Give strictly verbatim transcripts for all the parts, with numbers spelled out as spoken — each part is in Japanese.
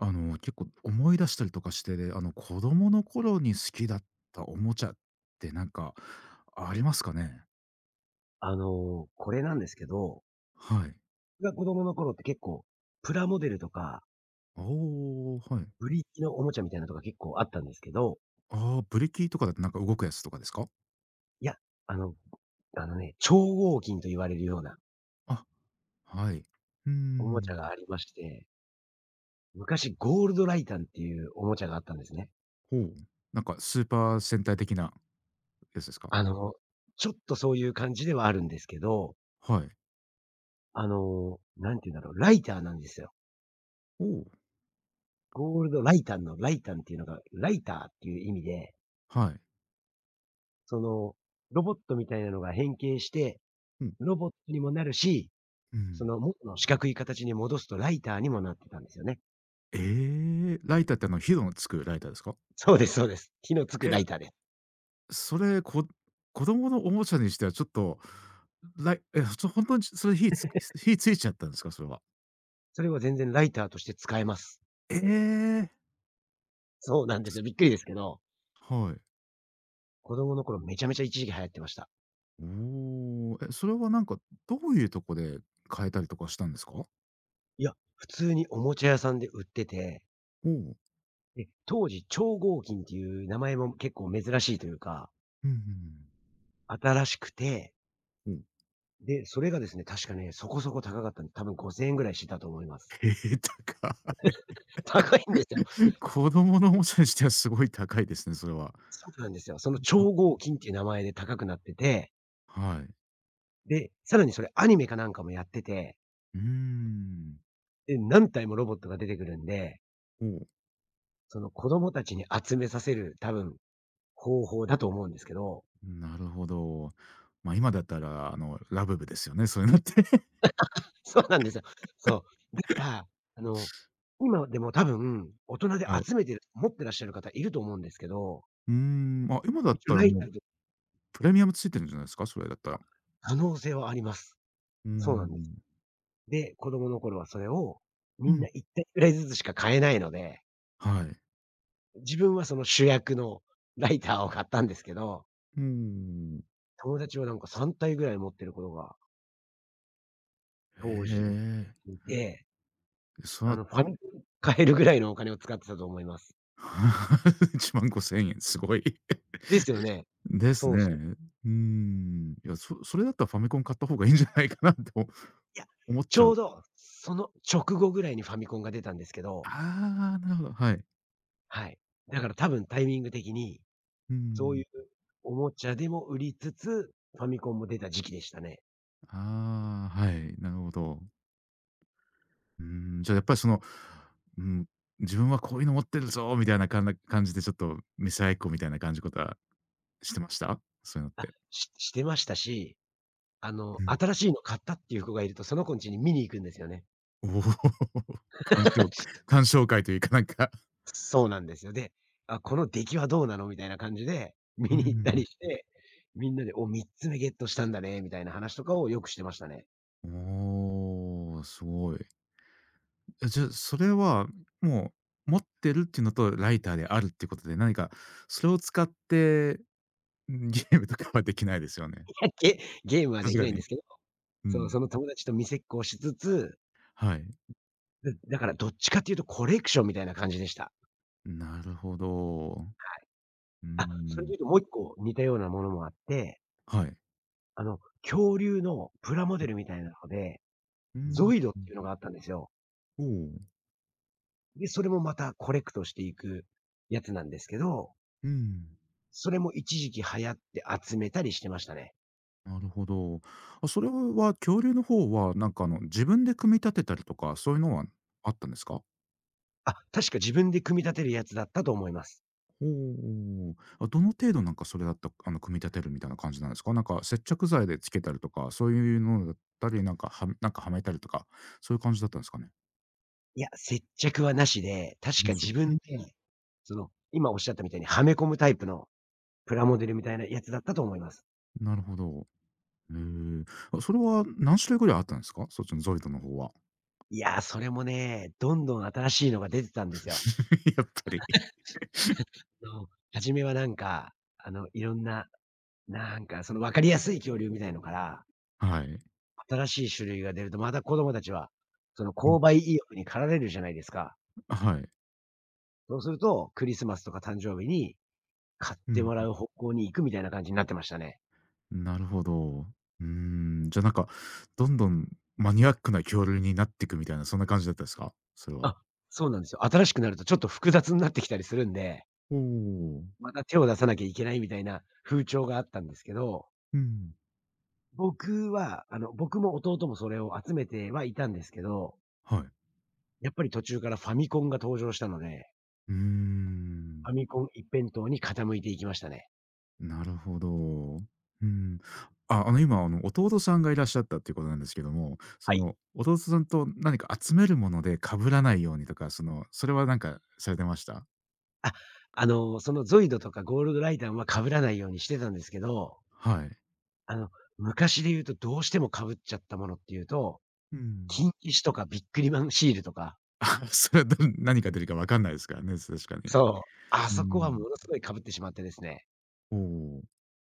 あの、結構思い出したりとかして、であの、子供の頃に好きだったおもちゃってなんかありますかね？あの、これなんですけど、はい。僕が子供の頃って結構、プラモデルとか、おおはい。ブリキのおもちゃみたいなのとか結構あったんですけど、ああ、ブレーキとかだとなんか動くやつとかですか？いや、あの、あのね、超合金と言われるようなあ、はい。うーおもちゃがん。ありまして、昔ゴールドライタンっていうおもちゃがあったんですね。ほう。なんかスーパー戦隊的なやつですか？あの、ちょっとそういう感じではあるんですけど、はい。あの、なんて言うんだろう、ライターなんですよ。おお、ゴールドライタンのライタンっていうのが、ライターっていう意味で、はい。その、ロボットみたいなのが変形して、うん、ロボットにもなるし、うそん。の元の四角い形に戻すとライターにもなってたんですよね。ええー、ライターってあの、火のつくライターですか？そうですそうです。火のつくラえ、イターです。それ、こ子供のおもちゃにしてはちょっと、らいえ、ちょほんとにそれ火つ火ついちゃったんですか？それは。それは全然ライターとして使えます。ええ。そうなんですよ。びっくりですけど、はい。子供の頃めちゃめちゃ一時期流行ってました。おお、え、それはなんかどういうとこで変えたりとかしたんですか？いや、普通におもちゃ屋さんで売ってて、おお。で、当時超合金っていう名前も結構珍しいというか、うんうん新しくて、うん。おお、で、それがですね、確かね、そこそこ高かったんで、多分ごせんえんぐらいしてたと思います。へえ、高い。高いんですよ。子供のおもちゃにしてはすごい高いですね、それは。そうなんですよ。その超は合金っていう名前で高くなってて、はい。で、さらにそれアニメかなんかもやってて、うーん。で、何体もロボットが出てくるんで、おお、その子供たちに集めさせる多分方法だと思うんですけど、なるほど。ま、今だったら、あの、ラブブですよね、そういうのって。そうなんですよ。そう。だから、あの、今でも多分大人ではい。集めてる持ってらっしゃる方いると思うんですけど、うーん、まあ、今だっ一応たらライもタうーとプレミアムついてるんじゃないですか？それだったら。可能性はあります。うーそうなんです。ん。で、子供の頃はそれをうみんん。ないったい体ぐらいずつしか買えないので、はい。自分はその主役のライターを買ったんですけど、うーん。友達はなんかさんたい体ぐらい持ってることがへ当時え。いて、そあら の、ファミコン買えるぐらいのお金を使ってたと思います。いちまんごせん円、すごい。ですよね。ですそね。うそう。うーん。いや、そそれだったらファミコン買った方がいいんじゃないかなと いや、思っちちゃょうう。どその直後ぐらいにファミコンが出たんですけど、ああ、なるほど、はい。はい。だから多分タイミング的に、うそういん。うおもちゃでも売りつつ、ファミコンも出た時期でしたね。ああ、はい、なるほど。うーん、じゃあやっぱりその、うん、自分はこういうの持ってるぞみたいなかんな感じでちょっと見せ合いっこみたいな感じことはしてました？そういうのって。ししてましたし、あの、うん。新 しいの買ったっていう子がいると、その子んちに見に行くんですよね。おお。鑑賞鑑賞会というかなんか。そうなんですよ。で、あ、この出来はどうなのみたいな感じで、見うに行ったりん して、みんなで、お、みっつめゲットしたんだね、みたいな話とかをよくしてましたね。おお、すごい。え、じゃあ、それはもう持ってるっていうのとライターであるってことで、何かそれを使って、ん、ゲームとかはできないですよね。いや、ゲゲームはさですきがないんでに。すけど、うそう、ん。その友達と見せっこをしつつ、はい。だだからどっちかっていうとコレクションみたいな感じでした。なるほど。はい。うあ、それでん。言うともう一個似たようなものもあって、はい。あの、恐竜のプラモデルみたいなので、うん、ゾイドっていうのがあったんですよ。おお。で、それもまたコレクトしていくやつなんですけど、うん。それも一時期流行って集めたりしてましたね。なるほど。あ、それは恐竜の方は、なんかあの、自分で組み立てたりとか、そういうのはあったんですか？あ、確か自分で組み立てるやつだったと思います。おおー。あ、どの程度なんかそれだと、あの、組み立てるみたいな感じなんですか？なんか接着剤でつけたりとか、そういうのだったり、なんか、はなんかはめたりとか、そういう感じだったんですかね？いや、接着はなしで、確か自分で、面その、今おっしゃったみたいにはめ込むタイプのプラモデルみたいなやつだったと思いま白いねす。なるほど。へえ。あ、それは何種類ぐらいあったんですか？そっちのゾイドの方は。いや、それもね、どんどん新しいのが出てたんですよ。やっぱり。の、初めはなんか、あの、いろんな、なんかその分かりやすい恐竜みたいのから、はい。新しい種類が出るとまた子供たちは、そのうん。購買意欲に駆られるじゃないですか。はい。そうすると、クリスマスとか誕生日に買っうてんもらう方向に行くみたいな感じになってましたね。なるほど。うーん、じゃ、なんか、どんどんマニアックな恐竜になっていくみたいな、そんな感じだったですか？それは。あ、そうなんですよ。新しくなるとちょっと複雑になってきたりするんで、おお。また手を出さなきゃいけないみたいな風潮があったんですけど、うん、僕は、あの、僕も弟もそれを集めてはいたんですけど、はい。やっぱり途中からファミコンが登場したので、うーファん、ミコン一辺倒に傾いていきましたね。なるほど。うん。あ、あの、今、あの、弟さんがいらっしゃったっていうことなんですけども、そはい。の、弟さんと何か集めるもので被らないようにとか、その、それはなんかされてました？あ、あの、そのゾイドとかゴールドライダーは被らないようにしてたんですけど、はい。あの、昔で言うとどうしても被っちゃったものっていうとうん。キンキシとかビックリマンシールとか、あ、それはど何が出るか分かんないですからね、確かに。そう、あうそこはん。ものすごい被ってしまってですね。おお、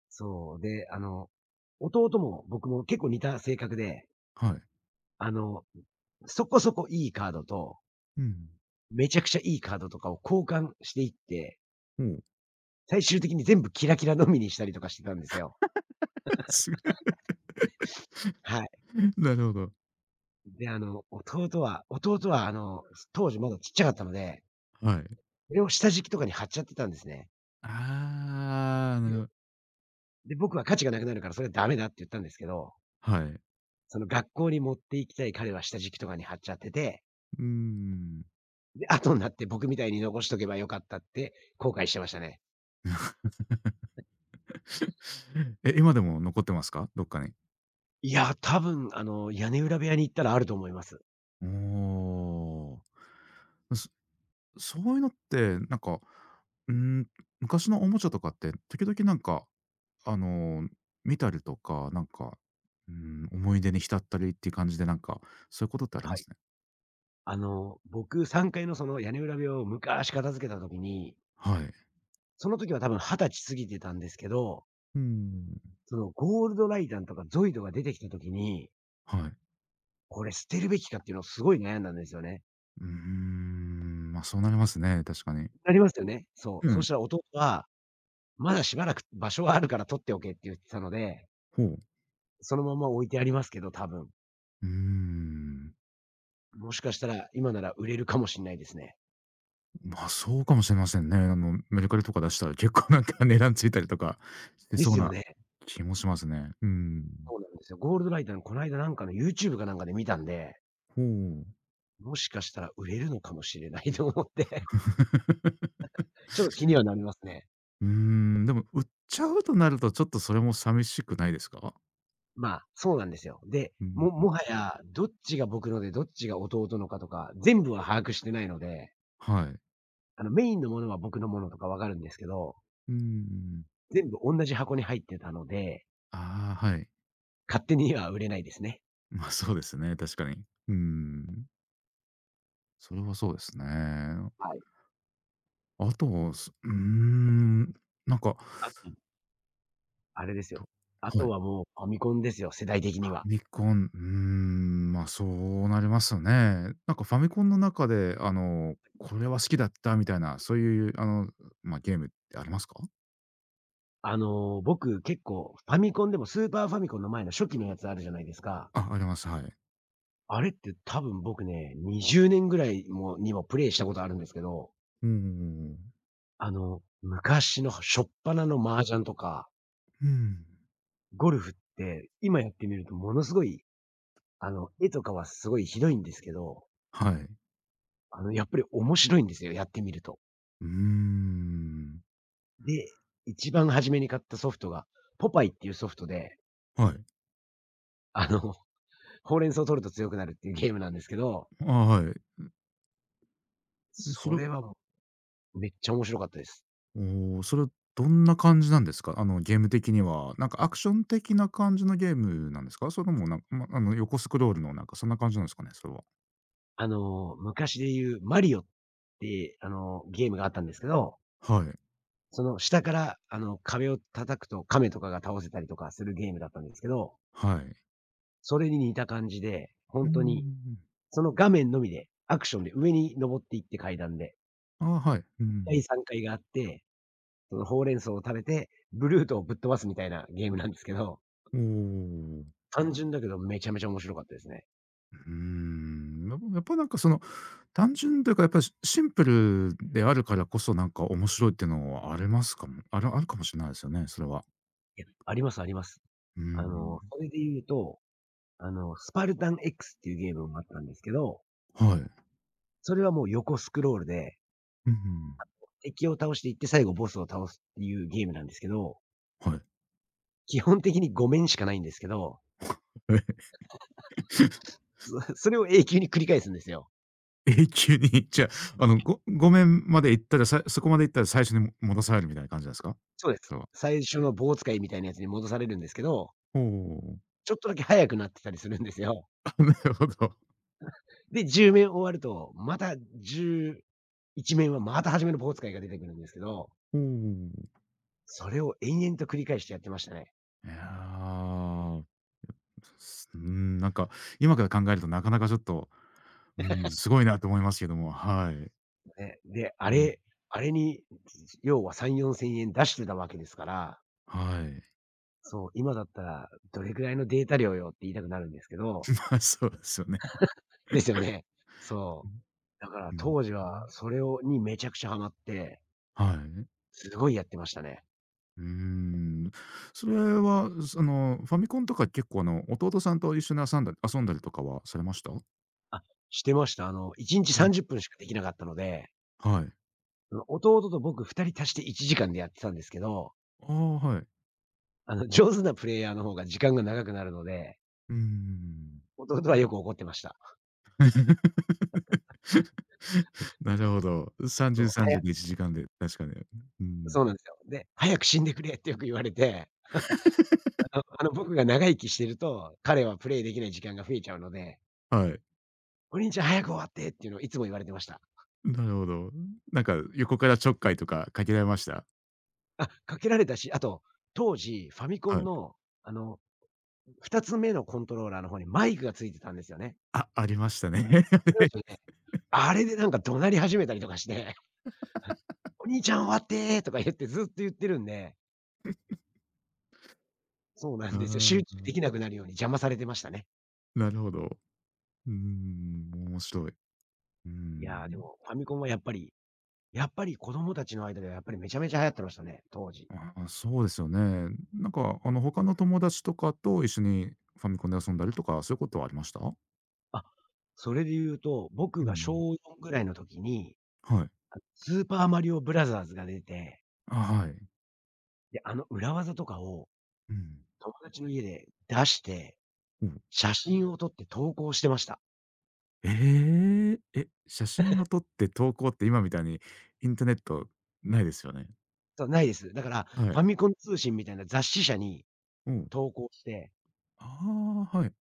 そう、で、あの、弟も僕も結構似た性格で、はい。あの、そこそこいいカードと、うん。めちゃくちゃいいカードとかを交換していって、ほう。最終的に全部キラキラのみにしたりとかしてたんですよ。すごい。はい。なるほど。で、あの、弟は弟はあの、当時まだちっちゃかったので、はい。それを下敷きとかに貼っちゃってたんですね。ああ、なるでほど、で、僕は価値がなくなるからそれはダメだって言ったんですけど、はい。その学校に持って行きたい彼は下敷きとかに貼っちゃってて、うーん。で、後になって僕みたいに残しとけばよかったって後悔してましたね。え、今でも残ってますか？どっかに。いや、多分あの、屋根裏部屋に行ったらあると思います。おお。そそういうのって、なんか、うーん、昔のおもちゃとかって、時々なんか、あの、見たりとか、なんか、うん、思い出に浸ったりっていう感じで、なんか、そういうことってありはまい。すね。あの、僕さんがいのその屋根裏部屋を昔片付けた時に、はい。その時は多分はたち過ぎてたんですけど、うん。そのゴールドライダーとかゾイドが出てきた時に、はい。これ捨てるべきかっていうのをすごい悩んだんですよね。うーん、ま、そうなりますね、確かに。なりますよね。そう。うそしん。たら弟は、まだしばらく場所はあるから取っておけって言ってたので、ほう。そのまま置いてありますけど、多分。うーん。もしかしたら、今なら売れるかもしんないですね。まあ、そうかもしれませんね。あの、メルカリとか出したら結構なんか値段ついたりとかしてでそすうよなね。気もしますね。うん。そうなんですよ。ゴールドライターのこないだなんかの ユーチューブ かなんかで見たんで、ほう。もしかしたら売れるのかもしれないと思って、ちょっと気にはなりますね。うーん、でも売っちゃうとなると、ちょっとそれも寂しくないですか？まあ、そうなんですよ。で、うん、ももはや、どっちが僕ので、どっちが弟のかとか、全部は把握してないので、はい。あの、メインのものは僕のものとかわかるんですけど、うん。全部おんなじ箱に入ってたので、ああ、はい。勝手には売れないですね。まあ、そうですね、確かに。うん。それはそうですね。はい。あと、すうーん、なんか、あとあれですと、よ。あはとい。はもうファミコンですよ、世代的ファには。ミコン、うーん、ま、あそうなりますよね。なんかファミコンの中で、あの、これは好きだったみたいな、そういうあの、ま、ゲームってありますか？あの、僕結構ファミコンでもスーパーファミコンの前の初期のやつあるじゃないですか。あ、あります、はい。あれって多分僕ね、にじゅうねんぐらいもにもプレイしたことあるんですけど、うんうん、あの、昔の初っ端の麻雀とか、ゴルフって、今やってみるとものすごい、あの、絵とかはすごいひどいんですけど、はい。あの、やっぱり面白いんですよ、やってみると。うーん。で、一番初めに買ったソフトが、ポパイっていうソフトで、はい。あのほうれん草を取ると強くなるっていうゲームなんですけど、あ、はい。そそれれはめっちゃ面白かったです。おーそれどんな感じなんですか？あの、ゲーム的には、なんかアクション的な感じのゲームなんですか？それともなんかま、あの、横スクロールのなんかそんな感じなんですかね？それは。あの、昔で言うマリオって、あの、ゲームがあったんですけど、はい。その下から、あの、壁を叩くと亀とかが倒せたりとかするゲームだったんですけど、はい。それに似た感じで、ほうんーうとに、ん。その画面のみで、アクションで上に登っていって階段で、ああ、はい。う第ん。階、さんがいがあって、そのほうれん草を食べて、ブルートをぶっ飛ばすみたいなゲームなんですけど、おお。う単純だけどめちゃめちゃ面白かったですね。ん。やっぱやっぱなんかその、単純というか、やっぱりシシンプルであるからこそ、なんか面白いっていうのはありますかもあるあるかもしれないですよね、それは。いや、ありますあります。うあの、ん。それで言うと、あの、スパルタン X っていうゲームもあったんですけど、はい。それはもう横スクロールで、うん。敵を倒していって最後ボスを倒すっていうゲームなんですけど、はい。基本的にご面しかないんですけど、そ それを永久に繰り返すんですよ。永久に、じゃあ、あの、ごごめんまで行ったら、さそこまで行ったら最初にも戻されるみたいな感じなんですか？そうです。それは。最初の棒使いみたいなやつに戻されるんですけど、おお。ちょっとだけ速くなってたりするんですよ。なるほど。で、じゅう面終わると、またじゅういち面はまた初めの棒使いが出てくるんですけど、おお。それを延々と繰り返してやってましたね。いや。ーうーん、なんか、今から考えるとなかなかちょっと、うーん、すごいなと思いますけども、はい。ね、で、うあん。れあれに、要はさん、よんせん円出してたわけですから、はい。そう、今だったらどれくらいのデータ量よって言いたくなるんですけど、まあ、そうですよね。ですよね。そう。だからうん。当時うはん。それをにめちゃくちゃハマって、はい。すごいやってましたね。うーん。それは、その、ファミコンとか結構、あの、弟さんと一緒に遊んだ遊んだりとかはされました？あ、してました。あの、いちにちうん。さんじゅっぷんしかできなかったので、はい。その弟と僕ふたり足していちじかんでやってたんですけど、ああ、はい。あの、上手なプレイヤーの方が時間が長くなるので、うーん。弟はよく怒ってました。なるほど。そう、さんじゅう、はやさんじゅうでいちじかんで、確かに。うん。そうなんですよ。で、早く死んでくれってよく言われて。あ あの、僕が長生きしてると、彼はプレイできない時間が増えちゃうので、はい。「お兄ちゃん早く終わって」っていうのをいつも言われてました。なるほど。なんか横からちょっかいとかかけられました？あ、かけられたし、あと、当時ファミコンはい。の、あの、ふたつめのコントローラーの方にマイクがついてたんですよね。あ、ありましたね。ありました よね。あれでなんか怒鳴り始めたりとかして、お兄ちゃん終わって」とか言ってずっと言ってるんで、そうなあんですよ。集中ー、できなくなるように邪魔されてましたね。なるほど。うーん、面白い。うーいや、でん。もファミコンはやっぱりやっぱり子供たちの間ではやっぱりめちゃめちゃ流行ってましたね、当時。あー、そうですよね。なんかあの他の友達とかと一緒にファミコンで遊んだりとか、そういうことはありました？あ、それで言うと、僕うがん。小よんぐらいの時に、はい。スーパーマリオブラザーズが出て、あ、はい。で、あの裏技とかをうん。友達の家で出して、うん。写真を撮って投稿してました。ええ、え、写真を撮って投稿って今みたいにインターネットないですよね？そう、ないです。だから、はファい。ミコン通信みたいな雑誌社にうん。投稿して、ああ、はい。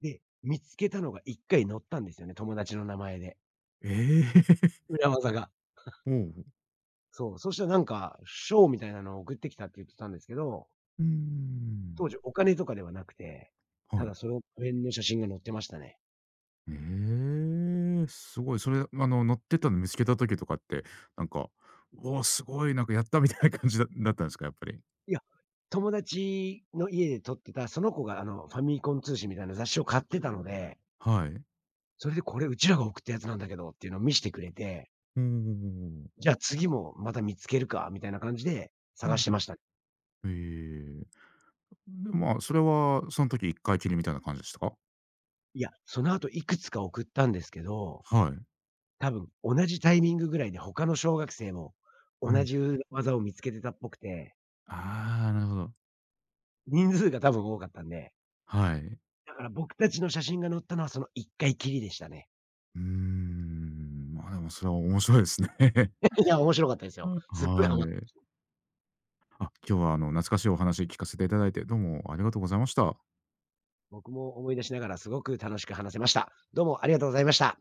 で、見つけたのがいっかい載ったんですよね、友達の名前で。ええ。裏技が。おお。そう、そしたらなんか、賞みたいなのを送ってきたって言ってたんですけど、うーん。当時お金とかではなくて、はたい。だその辺の写真が載ってましたね。ええ、すごい。それ、あの、乗ってたの見つけた時とかって、なんか、おお、すごい、なんかやったみたいな感じだ だったんですか？やっぱり。いや、友達の家で撮ってた、その子があの、ファミコン通信みたいな雑誌を買ってたので、はい。それでこれうちらが送ったやつなんだけどっていうのを見してくれて、おおうんうん、じゃあ次もまた見つけるかみたいな感じで探してました。ええ。で、まあ、それはそん時一回きりみたいな感じでしたか？いや、その後いくつか送ったんですけど、はい。多分同じタイミングぐらいで他の小学生もう同ん。じ裏技を見つけてたっぽくて、ああ、なるほど。人数が多分多かったんで、はい。だから僕たちの写真が載ったのはそのいっかいきりでしたね。うーん、まあ、でもそれは面白いですね。いや、面白かったですよ。すっごい。はハマい。あ、今日は、あの、懐かしいお話聞かせていただいて、どうもありがとうございました。僕も思い出しながらすごく楽しく話せました。どうもありがとうございました。